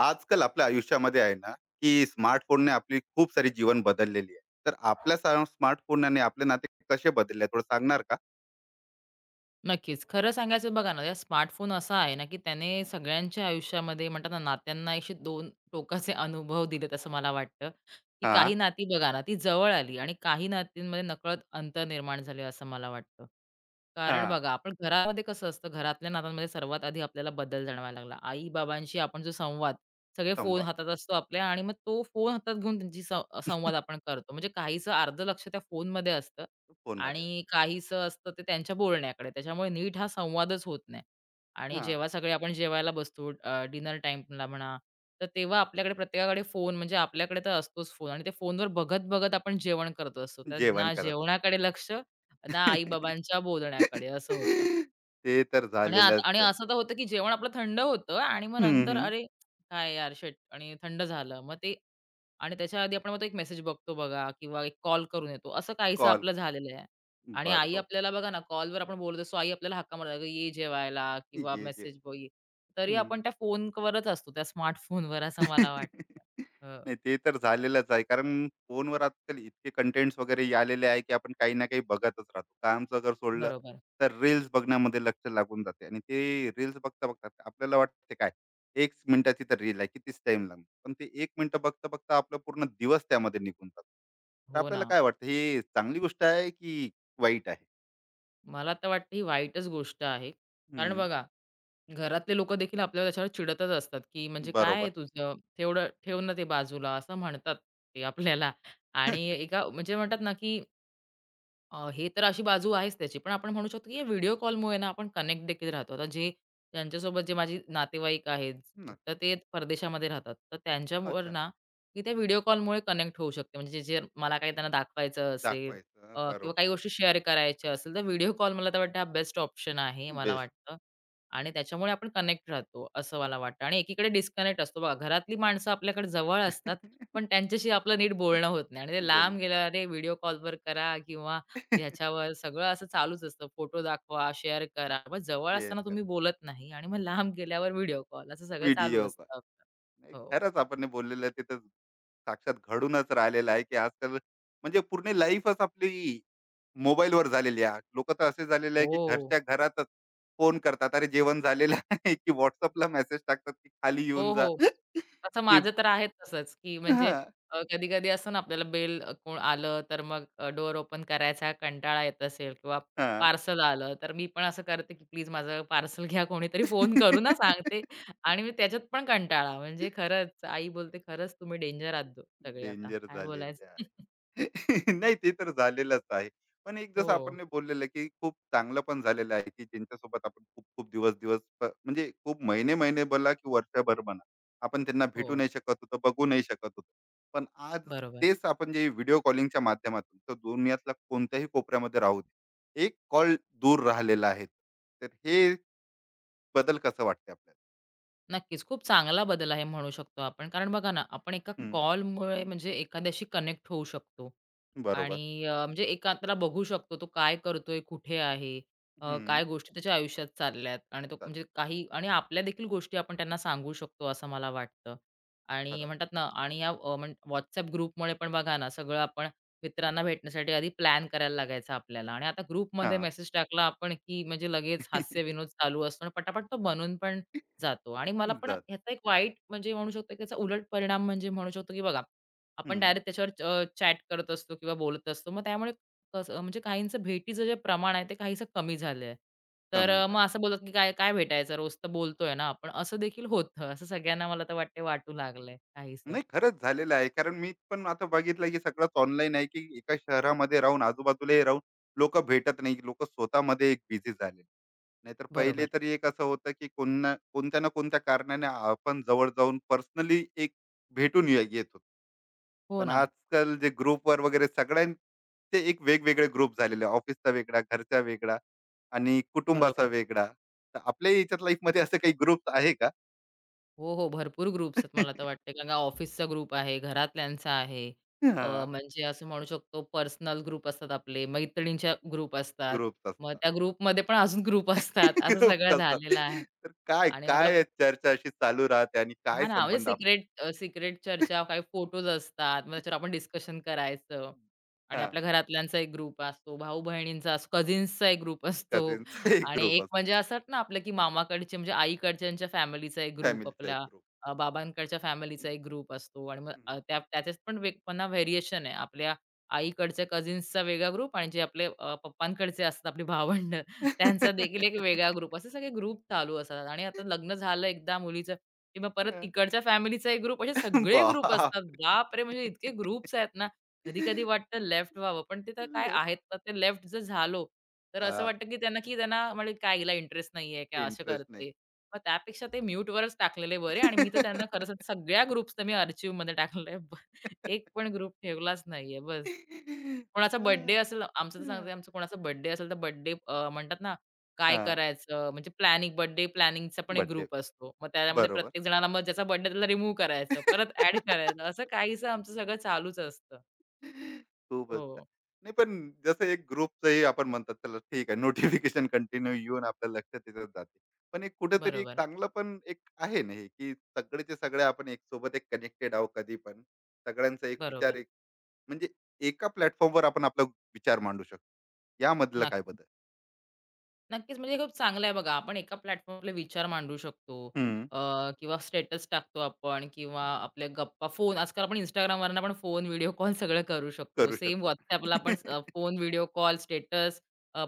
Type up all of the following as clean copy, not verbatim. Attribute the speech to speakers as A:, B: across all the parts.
A: आजकाल आपल्या आयुष्यामध्ये आहे ना, की स्मार्टफोनने आपली खूप सारी जीवन बदललेली आहे. तर आपल्या स्मार्टफोनने आपले नाते कसे बदलले थोडं सांगणार का?
B: नक्कीच. खरं सांगायचं बघा ना, या स्मार्टफोन असा आहे ना, की त्याने सगळ्यांच्या आयुष्यामध्ये म्हणतात ना, नात्यांना असे 2 टोकाचे अनुभव दिलेत असं मला वाटतं, की
A: हां,
B: काही नाती बघा ना, ती जवळ आली आणि काही नातींमध्ये नकळत अंतर निर्माण झाले असं मला वाटतं. कारण
A: हां.
B: बघा, आपण घरामध्ये कसं असतं, घरातल्या नात्यांमध्ये सर्वात आधी आपल्याला बदल जाणवायला लागला. आई-बाबांशी आपण जो संवाद, सगळे फोन
A: संवाद.
B: हातात असतो आपल्या आणि मग तो फोन हातात घेऊन त्यांची संवाद आपण करतो. म्हणजे काहीचं अर्ध लक्ष त्या फोनमध्ये असतं
A: फोनमध्ये
B: आणि
A: असते.
B: काहीसं असतं ते त्यांच्या बोलण्याकडे. त्याच्यामुळे नीट हा संवादच होत नाही. आणि
A: हां,
B: जेव्हा सगळे आपण जेवायला बसतो डिनर टाईमला म्हणा, तर तेव्हा आपल्याकडे प्रत्येकाकडे फोन म्हणजे आपल्याकडे तर असतोच फोन आणि ते फोनवर बघत-बघत आपण जेवण करत असतो. तर
A: जेवण
B: ना
A: करत
B: जेवणाकडे लक्ष, ना
A: असते.
B: आई-बाबांच्या बोलण्याकडे असं होतं.
A: ते तर
B: आणि आत
A: झालेलंच
B: आणि
A: आहे.
B: असं तर होतं, की जेवण आपलं थंड होतं आणि मग नंतर
A: हं,
B: अरे, काय यार शिट आणि थंड झालं. मग ते आणि त्याच्या आधी आपण मग तो एक मेसेज बघतो बघा किंवा एक कॉल करून येतो. असं काहीसं
A: कॉल
B: आपलं झालेलं आहे. आणि आई
A: बरोबर.
B: आपल्याला बघा ना, कॉलवर आपण बोलत असतो. आई आपल्याला हाका मारत, "अगं ये जेवायला" किंवा
A: ये जे.
B: मेसेज बघ ये. तरी आपण त्या फोनवरच असतो, त्या स्मार्टफोनवर असं मला वाटतं.
A: नाही ते तर झालेलंच आहे. कारण फोनवर आजकाल इतके कंटेंट्स वगैरे आलेले आहे, की आपण काही ना काही बघतच राहतो. कामचं जर सोडलं,
B: बरोबर.
A: तर रील्स बघण्यामध्ये लक्ष लागून जाते आणि ते रील्स बघता-बघता आपल्याला वाटते काय, 1 मिनिटाची तर रील आहे, कितीच टाईम लागणार. पण ते 1 मिनिटं बघता-बघता आपला पूर्ण दिवस त्यामध्ये निघून जातो. तर
B: हो ना.
A: आपल्याला काय वाटतं, ही चांगली गोष्ट आहे की वाईट आहे?
B: मला तर वाटतं ही वाईटच गोष्ट आहे. कारण
A: हं,
B: बघा घरातले लोकं देखील आपल्याला त्याच्यावर चिडतच असतात, की म्हणजे "काय आहे
A: बरोबर.
B: तुझं? तेवढं ठेव ना ते बाजूला," असं म्हणतात ते आपल्याला. आणि एका म्हणजे म्हणतात ना, की हे तर अशी बाजू आहेच त्याची. पण आपण म्हणू शकतो, की व्हिडिओ कॉलमुळे ना आपण कनेक्ट देखील राहतो. आता जे ज्यांच्यासोबत जे माझे नातेवाईक आहेत, तर
A: नक्की.
B: ते परदेशामध्ये राहतात. तर त्यांच्यावर
A: अच्छा,
B: ना, की त्या व्हिडिओ कॉलमुळे कनेक्ट होऊ शकते. म्हणजे जे जे मला काही त्यांना दाखवायचं असेल
A: दाखवायचं.
B: किंवा
A: बरोबर.
B: काही गोष्टी शेअर करायच्या असेल, तर व्हिडिओ कॉल मला तर वाटतं हा बेस्ट ऑप्शन आहे, मला
A: बेस्ट.
B: वाटतं. आणि त्याच्यामुळे आपण कनेक्ट राहतो, असं मला वाटतं. आणि एकीकडे डिस्कनेक्ट असतो बघा. घरातली माणसं आपल्याकडे जवळ असतात, पण त्यांच्याशी आपलं नीट बोलणं होत नाही. आणि ते
A: बोल
B: लांब गेल्यावर अरे व्हिडिओ कॉलवर करा किंवा
A: ना.
B: ह्याच्यावर सगळं असं चालूच असतं. फोटो दाखवा, शेअर करा. मग जवळ असताना
A: शेअर करा.
B: तुम्ही बोलत नाही आणि मग लांब गेल्यावर व्हिडिओ कॉल असं सगळं चालू
A: व्हिडिओ कॉल.
B: असतं
A: नाही,
B: आपलं. हो.
A: खरंच आपण बोललेलं आहे तिथं साक्षात घडूनच राहिलेलं आहे, की आजकाल म्हणजे पूर्ण लाईफच आपली मोबाईलवर झालेली आहे. लोकं तर असे झालेले आहे, की
B: हो.
A: घरच्या घरातच फोन करतात. अरे, जेवण झालेलं आहे, की WhatsAppला मेसेज टाकतात, की खाली
B: हो,
A: येऊन जा.
B: हो. असं
A: की
B: माझं तर आहे तसंच, की म्हणजे
A: हां,
B: कधी-कधी असतं ना आपल्याला बेल कोण आलं तर मग डोअर ओपन करायचा कंटाळा येत असेल किंवा
A: हां.
B: पार्सल आलं, तर मी पण असं करते, की प्लीज माझं पार्सल घ्या. कोणीतरी फोन करू ना सांगते आणि मी त्याच्यात पण कंटाळा म्हणजे खरंच आई बोलते, "खरंच तुम्ही डेंजर आहात सगळे आता.
A: डेंजर
B: काय बोलायचं?"
A: झालेलं आहे. नाही, ते तर झालेलंच आहे. पण एक जसं
B: हो.
A: आपण नाही बोललेलं की खूप चांगलं पण झालेलं आहे, की ज्यांच्यासोबत आपण खूप खूप दिवस दिवस म्हणजे खूप महिने-महिने बोला की वर्षभर म्हणा, आपण त्यांना भेटू
B: हो,
A: नाही शकत होतो, बघू नाही शकत होतो. पण आज
B: बरोबर.
A: तेच आपण जे व्हिडिओ कॉलिंगच्या माध्यमातून तर दुनियातल्या कोणत्याही कोपऱ्यामध्ये राहू दे, एक कॉल दूर राहिलेला आहे. तर हे बदल कसं वाटते आपल्याला?
B: नक्कीच, खूप चांगला बदल आहे म्हणू शकतो आपण. कारण बघा ना, आपण एका
A: हं,
B: कॉलमुळे म्हणजे एखाद्याशी कनेक्ट होऊ शकतो.
A: बरोबर.
B: आणि म्हणजे एकांतला बघू शकतो तो काय करतोय, कुठे आहे,
A: हं,
B: काय गोष्टी त्याच्या आयुष्यात चालल्यात आणि तो
A: चालेल
B: म्हणजे काही आणि आपल्या देखील गोष्टी आपण त्यांना सांगू शकतो असं मला वाटतं. आणि
A: खरं.
B: म्हणतात ना आणि या अ, म्हण WhatsApp ग्रुपमुळे पण बघा ना सगळं आपण मित्रांना भेटण्यासाठी आधी प्लॅन करायला लागायचा आपल्याला आणि आता ग्रुपमध्ये
A: हां.
B: मेसेज टाकला आपण, की म्हणजे लगेच हास्य-विनोद चालू असतो आणि पटापट तो बनून पण जातो आणि मला पण
A: जात.
B: ह्याचा एक वाईट म्हणजे म्हणू शकतो, की त्याचा उलट परिणाम म्हणजे म्हणू शकतो, की बघा आपण
A: हं,
B: डायरेक्ट त्याच्यावर चॅट करत असतो किंवा बोलत असतो. मग त्यामुळे कसं म्हणजे काहींचं भेटीचं जे प्रमाण आहे ते काहीसं कमी झालं आहे. तर
A: कमी
B: मग
A: झाले.
B: असं बोलत की काय काय भेटायचं रोज तर बोलतोय ना आपण, असं देखील होतं. असं सगळ्यांना मला तर वाटते वाटू लागलंय काहीसं.
A: नाही, खरंच झालेलं आहे. कारण मी पण आता बघितलं, की सगळंच ऑनलाईन आहे, की एका शहरामध्ये राहून आजूबाजूला राहून लोकं भेटत नाही. लोकं स्वतःमध्ये एक बिझी झाले. नाहीतर पहिले
B: बरोबर.
A: तरी एक असं होतं, की कोण कोणत्या ना कोणत्या कारणाने आपण जवळ जाऊन पर्सनली एक भेटून येत होतो.
B: हो
A: पण
B: ना.
A: आजकाल जे ग्रुपवर वगैरे सगळ्यांचे एक वेगवेगळे ग्रुप झालेले, ऑफिसचा वेगळा, घरचा वेगळा आणि कुटुंबाचा
B: बरोबर.
A: वेगळा. तर आपल्या याच्यात लाईफमध्ये असे काही ग्रुप्स आहे का?
B: हो, हो. भरपूर ग्रुप्स आहेत मला तर वाटते. कारण का ऑफिसचा ग्रुप आहे, घरातल्यांचा आहे.
A: हां,
B: म्हणजे असं म्हणू शकतो पर्सनल ग्रुप असतात आपले, मैत्रिणींच्या ग्रुप असतात.
A: ग्रुप्स
B: मग
A: असतात.
B: त्या ग्रुपमध्ये पण अजून ग्रुप असतात. असं
A: ग्रुप
B: सगळं
A: करतात.
B: झालेलं आहे.
A: तर काय,
B: आणि आपला
A: काय चर्चा अशी चालू राहते आणि
B: हां
A: काय
B: ना, म्हणजे
A: संबंध आप.
B: सिक्रेट सिक्रेट चर्चा, काही फोटोज असतात. मग त्याच्यावर आपण डिस्कशन करायचं आणि
A: हां,
B: आपल्या घरातल्यांचा एक ग्रुप असतो, भाऊ-बहिणींचा असतो, कझिन्सचा एक ग्रुप असतो
A: कझिन्सचा एक
B: आणि
A: ग्रुप
B: एक
A: असतो,
B: म्हणजे असतात ना आपलं, की मामाकडचे म्हणजे आईकडच्यांच्या फॅमिलीचा एक ग्रुप,
A: फॅमिलीचा एक
B: आपल्या
A: ग्रुप.
B: बाबांकडच्या फॅमिलीचा एक ग्रुप असतो आणि मग त्या त्याच्यात पण पुन्हा व्हेरिएशन आहे. आपल्या आईकडच्या कझिन्सचा वेगळा ग्रुप आणि जे आपले पप्पांकडचे असतात, आपली भावंडं
A: हं.
B: त्यांचा देखील एक वेगळा ग्रुप, असे सगळे ग्रुप चालू असतात आणि आता लग्न झालं एकदा मुलीचं किंवा परत
A: हं.
B: तिकडच्या फॅमिलीचा एक ग्रुप, असे सगळे ग्रुप
A: बापरे!
B: असतात. बापरे! म्हणजे इतके ग्रुप्स आहेत ना, कधी-कधी वाटतं लेफ्ट व्हावं, पण ते तर काय
A: लेफ्ट.
B: आहेत तर ते लेफ्ट जर झालो, तर असं
A: हां,
B: वाटतं की त्यांना म्हणजे काय हिला इंटरेस्ट नाहीये का असं
A: इंटरेस्ट नाही.
B: करते. मग त्यापेक्षा ते म्यूटवरच टाकलेले बरे आणि मी तर त्यांना खरं तर सगळ्या ग्रुप्सना मी आर्चिव्हमध्ये टाकलंय. एक पण ग्रुप ठेवलाच नाहीये बस. कोणाचा
A: हां,
B: बर्थडे असेल आमचं तर सांगते, आमचा कोणाचा बर्थडे असेल तर बर्थडे म्हणतात ना काय करायचं? म्हणजे बर्थडे प्लॅनिंगचा पण एक
A: बर्थडे.
B: ग्रुप असतो. मग त्यामध्ये
A: बरोबर.
B: प्रत्येक जणाला मग ज्याचा बर्थडे त्याला रिमूव्ह करायचं, परत ॲड करायचं. असं काहीसं आमचं सगळं चालूच असतं.
A: खूपच छान.
B: हो.
A: नाही, पण जसं एक ग्रुपचंही आपण म्हणतात त्याला ठीक आहे, नोटिफिकेशन कंटिन्यू येऊन आपल्या लक्षात येतच जाते, पण एक कुठेतरी एक
B: बरोबर,
A: चांगलं पण एक आहे ना, हे की सगळेचे सगळे आपण एक सोबत एक कनेक्टेड आहोत कधी पण. सगळ्यांचा एक
B: बरोबर.
A: विचार एक, म्हणजे एका प्लॅटफॉर्मवर आपण आपला विचार मांडू शकतो. यामधलं काय
B: नक्की.
A: बदल.
B: नक्कीच, म्हणजे हे खूप चांगलं आहे बघा. आपण एका प्लॅटफॉर्मला विचार मांडू शकतो
A: हम्म,
B: अ, किंवा स्टेटस टाकतो आपण किंवा आपल्या गप्पा फोन आजकाल आपण Instagramवरनं पण फोन, व्हिडिओ कॉल सगळं करू शकतो.
A: करू
B: सेम
A: शकतो.
B: WhatsAppला आपण फोन, व्हिडिओ कॉल, स्टेटस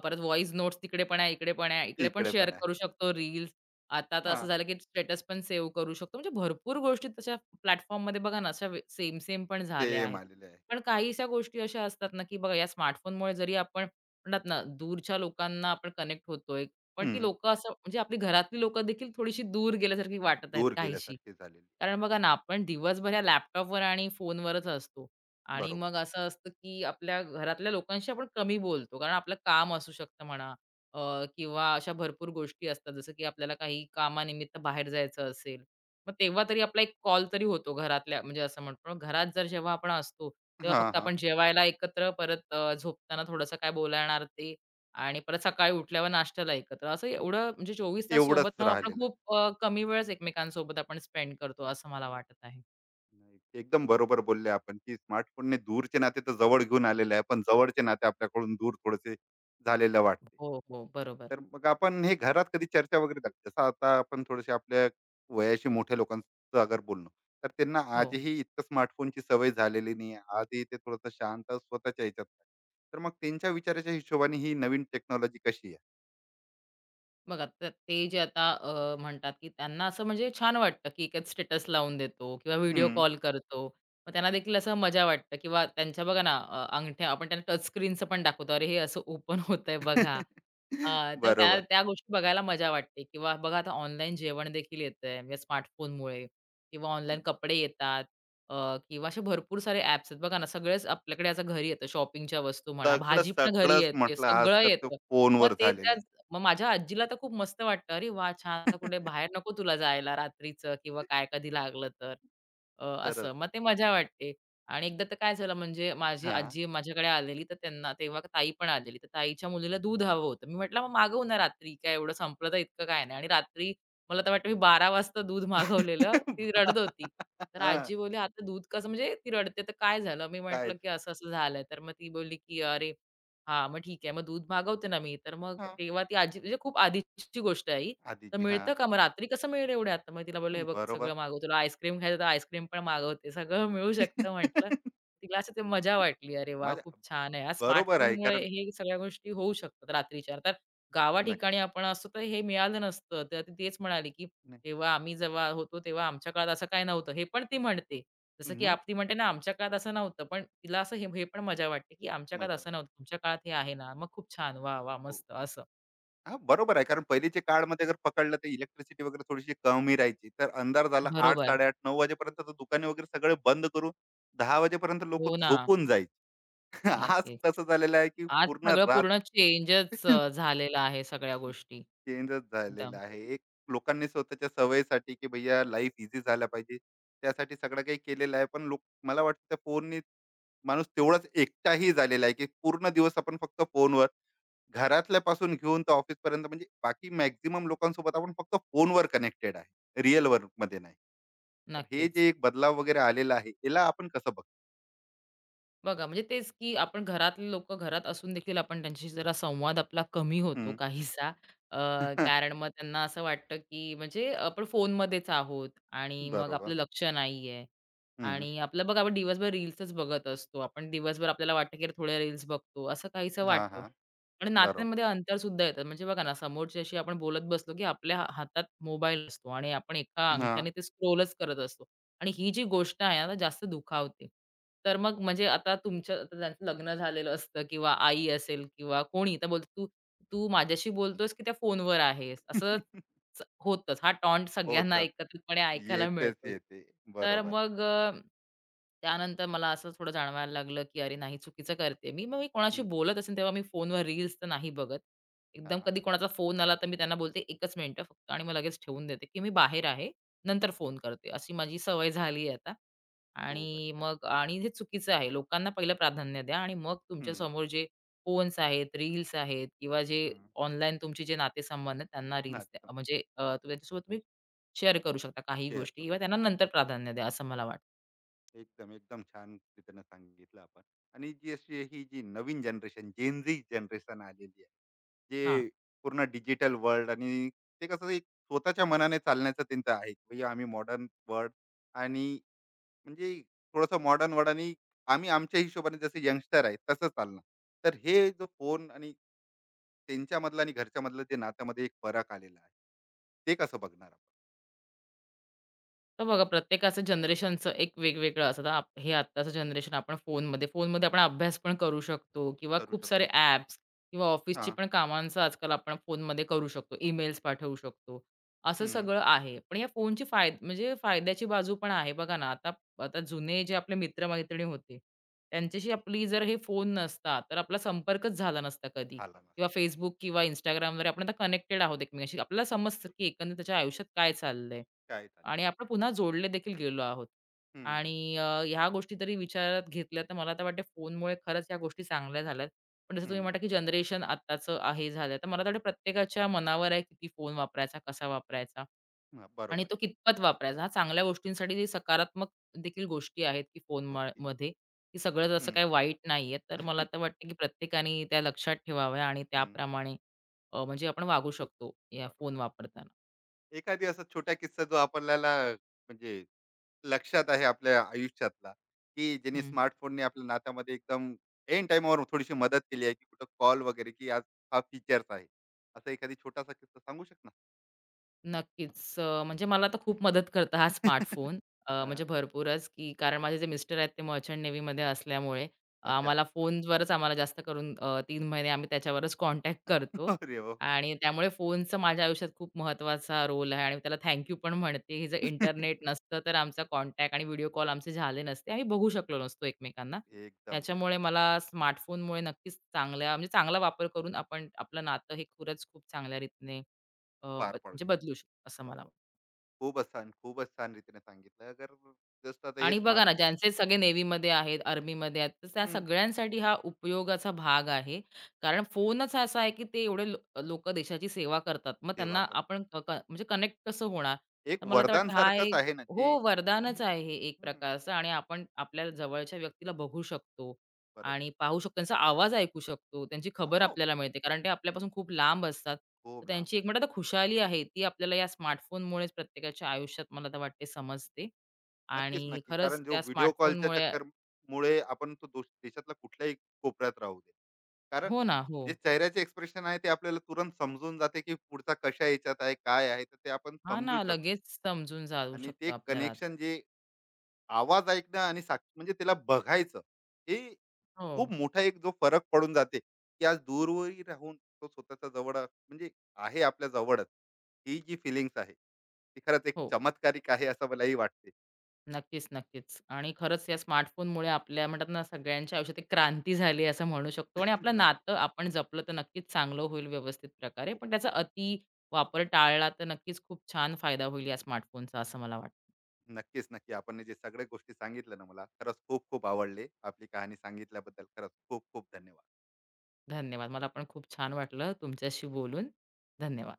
B: परत व्हॉईस नोट्स तिकडे पण आहे, इकडे पण आहे. इकडे पण
A: इकडे
B: शेअर
A: पण आहे.
B: करू शकतो रील्स. आता तर
A: हा,
B: असं झालं, की स्टेटस पण सेव्ह करू शकतो. म्हणजे भरपूर गोष्टी तशा प्लॅटफॉर्ममध्ये बघा ना, अशा सेम-सेम पण झाल्या
A: सेम
B: आहेत.
A: आलेले आहे.
B: पण काहीशा गोष्टी अशा असतात ना, की बघा या स्मार्टफोनमुळे जरी आपण म्हणतात ना, दूरच्या लोकांना आपण कनेक्ट होतोय. पण ती
A: हम्म,
B: लोकं असं म्हणजे आपली घरातली लोकं देखील थोडीशी दूर गेल्यासारखी वाटत आहेत
A: दूर
B: काहीशी.
A: गेल्यासारखे झालेले.
B: कारण बघा ना, आपण दिवसभर या लॅपटॉपवर आणि फोनवरच असतो आणि
A: बरोबर.
B: मग असं असतं, की आपल्या घरातल्या लोकांशी आपण कमी बोलतो. कारण आपलं काम असू शकतं म्हणा किंवा अशा भरपूर गोष्टी असतात, जसं की आपल्याला काही कामानिमित्त बाहेर जायचं असेल, मग तेव्हा तरी आपला एक कॉल तरी होतो घरातल्या म्हणजे असं म्हणतो. पण घरात जर जेव्हा आपण असतो, तेव्हा
A: हा,
B: फक्त
A: हा.
B: आपण जेवायला एकत्र, परत झोपताना थोडंसं काय बोलणार ते आणि परत सकाळी उठल्यावर नाश्त्याला एकत्र. असं एवढं म्हणजे चोवीस तास सोबत
A: एवढंच
B: राहून आपण
A: राहिलेलं आहे.
B: खूप कमी वेळच एकमेकांसोबत आपण स्पेंड करतो, असं मला वाटत आहे.
A: नाही. एकदम बरोबर बोलले आपण, की स्मार्टफोनने दूरचे नाते तर जवळ घेऊन आलेले आहे, पण जवळचे नाते आपल्याकडून दूर थोडेसे झालेले वाटते.
B: हो, हो. बरोबर.
A: तर मग आपण हे घरात कधी चर्चा वगैरे झाली, जसं आता आपण थोडेसे आपल्या वयाशी मोठ्या लोकांचं अगर बोललो, तर त्यांना
B: हो.
A: आजही इतकं स्मार्टफोनची सवय झालेली नाही आहे. आजही ते थोडंसं शांत स्वतःच्या ह्याच्यात आहे. तर मग त्यांच्या विचाराच्या हिशोबाने ही नवीन टेक्नॉलॉजी कशी आहे?
B: बघा तर ते जे आता म्हणतात, की त्यांना असं म्हणजे छान वाटतं, की एकाच स्टेटस लावून देतो किंवा व्हिडिओ
A: हं.
B: कॉल करतो. मग त्यांना देखील असं मजा वाटतं किंवा त्यांच्या बघा ना अंगठ्या आपण त्यांना टच स्क्रीनचं पण दाखवतो. "अरे, हे असं ओपन होतंय बघा." तर त्या
A: बरोबर.
B: त्या गोष्टी बघायला मजा वाटते किंवा बघा आता ऑनलाईन जेवण देखील येतंय या स्मार्टफोनमुळे किंवा
A: हम्म.
B: ऑनलाईन कपडे येतात अ, किंवा असे भरपूर सारे ॲप्स आहेत. बघा ना, सगळेच आपल्याकडे असं घरी येतं. शॉपिंगच्या वस्तू म्हणा,
A: सगळं,
B: भाजी पण घरी
A: सगळंच
B: येते,
A: म्हटलं आज
B: सगळं
A: तर ते
B: येतं. मग
A: फोनवर
B: ते
A: झालेलं
B: त्याच मग माझ्या आजीला तर खूप मस्त वाटतं, "अरे वाह! छान आता
A: आहे.
B: कुठे बाहेर नको तुला जायला रात्रीचं किंवा काय कधी लागलं तर." असं
A: खरंच.
B: मग ते मजा वाटते. आणि एकदा तर काय झालं म्हणजे माझी
A: हां.
B: आजी माझ्याकडे आलेली तर त्यांना तेव्हा ताई पण आलेली. तर ताईच्या मुलीला दूध हवं होतं. मी म्हटलं, "मग मागवू ना रात्री, काय एवढं संपलं तर इतकं काय नाही." आणि रात्री मला तर वाटतं मी 12 वाजता दूध मागवलेलं. ती रडत होती. तर
A: हां.
B: आजी बोलली, "आता दूध कसं?" म्हणजे ती रडते, "तर काय झालं?" मी म्हटलं,
A: काय?
B: की असं-असं झालंय. तर मग ती बोलली, की "अरे" हां, मग ठीक आहे. मग दूध मागवते ना मी, तर मग
A: हां.
B: तेव्हा ती आजी म्हणजे खूप आधीची गोष्ट आहे ही. तर
A: आधीची.
B: मिळतं
A: हां.
B: का? मग रात्री कसं मिळेल एवढ्यात? मग तिला बोललं, "हे बघ
A: बरोबर.
B: सगळं मागव. तुला आईस्क्रीम खायचं तर आईस्क्रीम पण मागवते. सगळं मिळू शकतं" म्हटलं. तिला असं ते मजा वाटली. "अरे वाह!
A: मजा.
B: खूप छान आहे."
A: बरोबर आहे
B: स्मार्टफोनमुळे
A: कारण
B: हे सगळ्या गोष्टी होऊ शकतात रात्रीच्या. तर गावा ठिकाणी
A: नक्कीच.
B: आपण असतो तर हे मिळालं नसतं. तर ती तेच म्हणाली, की
A: नाही,
B: "तेव्हा आम्ही जेव्हा होतो तेव्हा आमच्या काळात असं काही नव्हतं." हे पण ती म्हणते. जसं की
A: मग
B: ती म्हणते ना, आमच्या काळात असं नव्हतं. पण तिला असं हे हे पण मजा वाटते, की आमच्या काळात
A: मजा
B: असं
A: वाटते.
B: नव्हतं. तुमच्या काळात हे आहे ना, मग खूप छान. वाह! वाह!
A: हो.
B: मस्त असं.
A: हां, बरोबर आहे कारण पहिलीच्या काळामध्ये जर पकडलं तर इलेक्ट्रिसिटी वगैरे थोडीशी कमी राहायची. तर अंधार झाला, 8:00,
B: बरोबर.
A: 8:30, 9:00 वाजेपर्यंत तर दुकाने वगैरे सगळे बंद करून 10 वाजेपर्यंत लोकं
B: हो ना.
A: झोपून जायचे. आज
B: नक्कीच.
A: तसं झालेलं आहे की
B: आज
A: पूर्ण
B: सगळं
A: रात.
B: पूर्ण चेंजच झालेलं आहे सगळ्या गोष्टी.
A: चेंजच
B: एकदम.
A: झालेला आहे. एक लोकांनी स्वतःच्या सवयीसाठी, की भैया लाईफ ईझी झाला पाहिजे. त्यासाठी सगळं काही केलेलं आहे. पण लोक, मला वाटतं त्या फोननी माणूस तेवढाच एकटाही झालेला आहे, की पूर्ण दिवस आपण फक्त फोनवर घरातल्यापासून घेऊन तर ऑफिसपर्यंत म्हणजे बाकी मॅक्सिमम लोकांसोबत आपण फक्त फोनवर कनेक्टेड आहे. रिअल वर्कमध्ये नाही. तर हे
B: नक्कीच.
A: जे एक बदलाव वगैरे आलेला आहे, याला आपण कसं बघ.
B: बघा, म्हणजे तेच की आपण घरातले लोकं घरात असून देखील आपण त्यांच्याशी जरा संवाद आपला कमी होतो
A: हं.
B: काहीसा. अ, कारण मग त्यांना असं वाटतं, की म्हणजे आपण फोनमध्येच आहोत आणि मग आपलं
A: बरोबर.
B: लक्ष नाहीये
A: हं.
B: आणि आपलं बघा, आपण दिवसभर रील्सच बघत असतो. आपण दिवसभर आपल्याला वाटतं, की अरे थोड्या रील्स बघतो, असं काहीसं
A: हां,
B: वाटतं.
A: हां.
B: आणि
A: बरोबर.
B: नात्यांमध्ये अंतरसुद्धा येतात. म्हणजे बघा ना, समोरच्याशी आपण बोलत बसलो, की आपल्या हातात मोबाईल असतो आणि आपण एका
A: हां.
B: अंगठ्याने ते स्क्रोलच करत असतो. आणि ही जी गोष्ट आहे ना, आता जास्त दुखावते. तर मग म्हणजे आता तुमच्या आता ज्यांचं लग्न झालेलं असतं किंवा आई असेल किंवा कोणी तर बोलतो, "तू तू माझ्याशी बोलतोयस की त्या फोनवर आहेस?" असं च होतंच. हा टॉन्ट सगळ्यांना
A: होतात.
B: एकत्रितपणे ऐकायला
A: येतेच
B: मिळतोच.
A: येते.
B: तर
A: बरोबर आहे.
B: मग अ, त्यानंतर मला असं थोडं जाणवायला लागलं की अरे नाही, चुकीचं करते मी. मग मी कोणाशी बोलत असेल तेव्हा मी फोनवर रील्स तर नाही बघत. एकदम
A: हां,
B: कधी कोणाचा फोन आला तर मी त्यांना बोलते, "एकच मिनिटं फक्त" आणि मग लगेच ठेवून देते की मी बाहेर आहे, नंतर
A: बाहेर.
B: फोन करते. अशी माझी सवय झाली आहे आता.
A: खूपच
B: आणि
A: छान.
B: मग आणि हे चुकीचं आहे. लोकांना पहिलं प्राधान्य द्या आणि मग
A: हं,
B: तुमच्यासमोर जे फोन्स आहेत, रील्स आहेत किंवा जे
A: हं.
B: ऑनलाईन तुमचे जे नातेसंबंध आहेत त्यांना रील्स
A: नातं
B: द्या. त्याच्यासोबत तुम्ही शेअर करू शकता काही
A: शेअर
B: गोष्टी
A: करू.
B: किंवा त्यांना नंतर प्राधान्य द्या असं मला वाटतं.
A: एकदम, एकदम छान रीतीनं सांगितलं आपण. आणि जी अशी ही जी नवीन जनरेशन, जेन जनरेशन आलेली आहे,
B: हां.
A: जे पूर्ण डिजिटल वर्ल्ड, आणि ते कसं एक स्वतःच्या मनाने चालण्याचं त्यांचं आहे, की भैया आम्ही मॉडर्न वर्ल्ड, आणि म्हणजे थोडंसं मॉडर्न वर्ल्ड आणि आम्ही आमच्या हिशोबाने जसे यंगस्टर आहे तसं चालणार. तर हे जो फोन आणि त्यांच्यामधलं आणि घरच्यामधलं जे नात्यामध्ये एक फरक आलेला आहे, ते कसं बघणार.
B: तर बघा प्रत्येकाचं जनरेशनचं एक वेगवेगळं असतं. आता आप हे आत्ताचं जनरेशन आपण फोनमध्ये फोनमध्ये आपण अभ्यास पण करू शकतो किंवा
A: करू
B: खूप सारे
A: शकतो.
B: ॲप्स किंवा ऑफिसची
A: हां.
B: पण कामांचं आजकाल आपण फोनमध्ये करू शकतो. ईमेल्स पाठवू शकतो. असं
A: हं.
B: सगळं आहे. पण या फोनची फायद्याची बाजू पण आहे. बघा ना, आता आता जुने जे आपले मित्र-मैत्रिणी होते,
A: हं.
B: त्यांच्याशी आपली जर हे फोन नसता, तर आपला संपर्कच झाला नसता कधी
A: झाला नसता.
B: किंवा Facebook किंवा Instagramवर आपण आता कनेक्टेड आहोत एकमेकांशी. आपल्याला समजतं की एकंदरीत त्याच्या आयुष्यात काय चाललंय.
A: काय चाललं?
B: आणि आपण पुन्हा जोडले देखील गेलो आहोत.
A: हं, हं, हं.
B: ह्या गोष्टी तरी विचारात घेतल्या तर मला तर वाटते फोनमुळे खरंच ह्या गोष्टी चांगल्या झाल्यात. पण जसं तुम्ही
A: हं.
B: म्हटला, की जनरेशन आत्ताचं आहे झालं. तर मला तर वाटतं प्रत्येकाच्या मनावर आहे किती फोन वापरायचा, कसा वापरायचा
A: हां,
B: आणि
A: बरोबर
B: तो
A: आहे.
B: कितपत वापरायचा. हा चांगल्या गोष्टींसाठी जे सकारात्मक देखील गोष्टी आहेत, की फोन म
A: गोष्टी आहे.
B: मध्ये की सगळंच असं
A: हं,
B: काही वाईट नाहीये. तर मला तर वाटतं, की प्रत्येकाने त्या लक्षात ठेवाव्या आणि
A: हं.
B: त्याप्रमाणे म्हणजे आपण वागू शकतो या
A: बरोबर.
B: फोन वापरताना.
A: एखादी असा छोटा किस्सा जो आपल्याला म्हणजे लक्षात आहे आपल्या आयुष्यातला, की ज्यांनी
B: हं.
A: स्मार्टफोनने आपल्या नात्यामध्ये एकदम ऐन टाईमावर थोडीशी मदत केली आहे, की कुठं कॉल वगैरे, की आज हा फीचर्स आहे. असा एखादी छोटासा किस्सा सांगू शकणार?
B: नक्कीच. म्हणजे मला आता खूप मदत करतं हा
A: हां,
B: स्मार्टफोन. म्हणजे
A: हां.
B: भरपूरच, की कारण माझे जे मिस्टर आहेत ते मर्चंट नेव्हीमध्ये असल्यामुळे
A: अच्छा.
B: आम्हाला फोनवरच जास्त करून 3 महिने आम्ही त्याच्यावरच कॉन्टॅक्ट करतो
A: अरे वाह!
B: आणि त्यामुळे फोनचं माझ्या आयुष्यात खूप महत्त्वाचा रोल आहे आणि मी त्याला थँक यू पण म्हणते. हे जर इंटरनेट नसतं तर आमचा कॉन्टॅक्ट आणि व्हिडिओ कॉल आमचे झाले नसते. आम्ही बघू शकलो नसतो एकमेकांना.
A: एकदम बरोबर.
B: त्याच्यामुळे मला स्मार्टफोनमुळे नक्कीच चांगल्या म्हणजे चांगला वापर करून आपण आपलं नातं हे खरंच खूप चांगल्या रीतीने अ, ब
A: पार पाडू
B: म्हणजे
A: शकतो.
B: बदलू शकतो असं मला.
A: खूपच छान, खूपच छान रीतीने सांगितलं. अगर जस्ट आता हे
B: आणि बघा
A: स्मार्ट.
B: ना, ज्यांचे सगळे नेव्हीमध्ये आहेत, आर्मीमध्ये आहेत, तर त्या
A: हं,
B: सगळ्यांसाठी हा उपयोगाचा भाग आहे. कारण फोनच असा आहे, की ते एवढे लो देशाची सेवा करतात. मग
A: सेवा
B: त्यांना
A: कर.
B: आपण क क म्हणजे कनेक्ट कसं होणार?
A: एक
B: तर मला तर
A: वरदान
B: वाटतं हा
A: सारखंच
B: एक,
A: आहे ना, जे
B: हो, वरदानच आहे हे एक
A: हं,
B: प्रकारचं आणि आपण आपल्या जवळच्या व्यक्तीला बघू शकतो
A: बरोबर.
B: आणि पाहू शकतो, त्यांचा आवाज ऐकू शकतो, त्यांची खबर
A: हो,
B: आपल्याला मिळते. कारण ते आपल्यापासून खूप लांब असतात. तर
A: खूप लांब.
B: त्यांची एक म्हणतात ना खुशाली आहे, ती आपल्याला या स्मार्टफोनमुळेच प्रत्येकाच्या आयुष्यात मला तर वाटते समजते.
A: नक्कीच,
B: आणि
A: नक्की.
B: खरंच
A: कारण जो
B: त्या
A: व्हिडिओ कॉलच्या
B: स्मार्टफोनमुळे
A: चक्करमुळे आपण तो दोष देशातला कुठल्याही कोपऱ्यात राहू दे. कारण
B: हो ना, हो.
A: जे चेहऱ्याचे एक्सप्रेशन आहे, ते आपल्याला तुरंत समजून जाते, की पुढचा कशा ह्याच्यात आहे, काय आहे, तर ते आपण
B: हां ना,
A: समजू शकतो.
B: लगेच समजून जाऊ
A: आणि
B: शकतं
A: ते
B: आपल्याला.
A: कनेक्शन जे आवाज ऐकणं आणि साक्ष म्हणजे त्याला बघायचं, हे खूप
B: हो,
A: मोठा एक जो फरक पडून जाते की आज दूरवरही राहून तो स्वतःच्या जवळ म्हणजे आहे आपल्या जवळच, ही जी फिलिंग्स आहे ती खरंच एक
B: हो.
A: चमत्कारिक आहे असं मलाही वाटते.
B: नक्कीच, नक्कीच. आणि खरंच या स्मार्टफोनमुळे आपल्या म्हणतात ना, सगळ्यांच्या आयुष्यात एक क्रांती झाली असं म्हणू शकतो आणि आपलं
A: नक्की.
B: नातं आपण जपलं तर नक्कीच चांगलं होईल व्यवस्थित प्रकारे.
A: हो.
B: पण त्याचा अति वापर टाळला तर नक्कीच खूप छान फायदा होईल या स्मार्टफोनचा असं मला वाटतं.
A: नक्कीच नक्की, आपण हे जे सगळ्या गोष्टी सांगितलं ना, मला खरंच खूप खूप आवडले. आपली कहाणी सांगितल्याबद्दल खरंच खूप खूप धन्यवाद.
B: धन्यवाद. मला पण खूप छान वाटलं तुमच्याशी बोलून. धन्यवाद.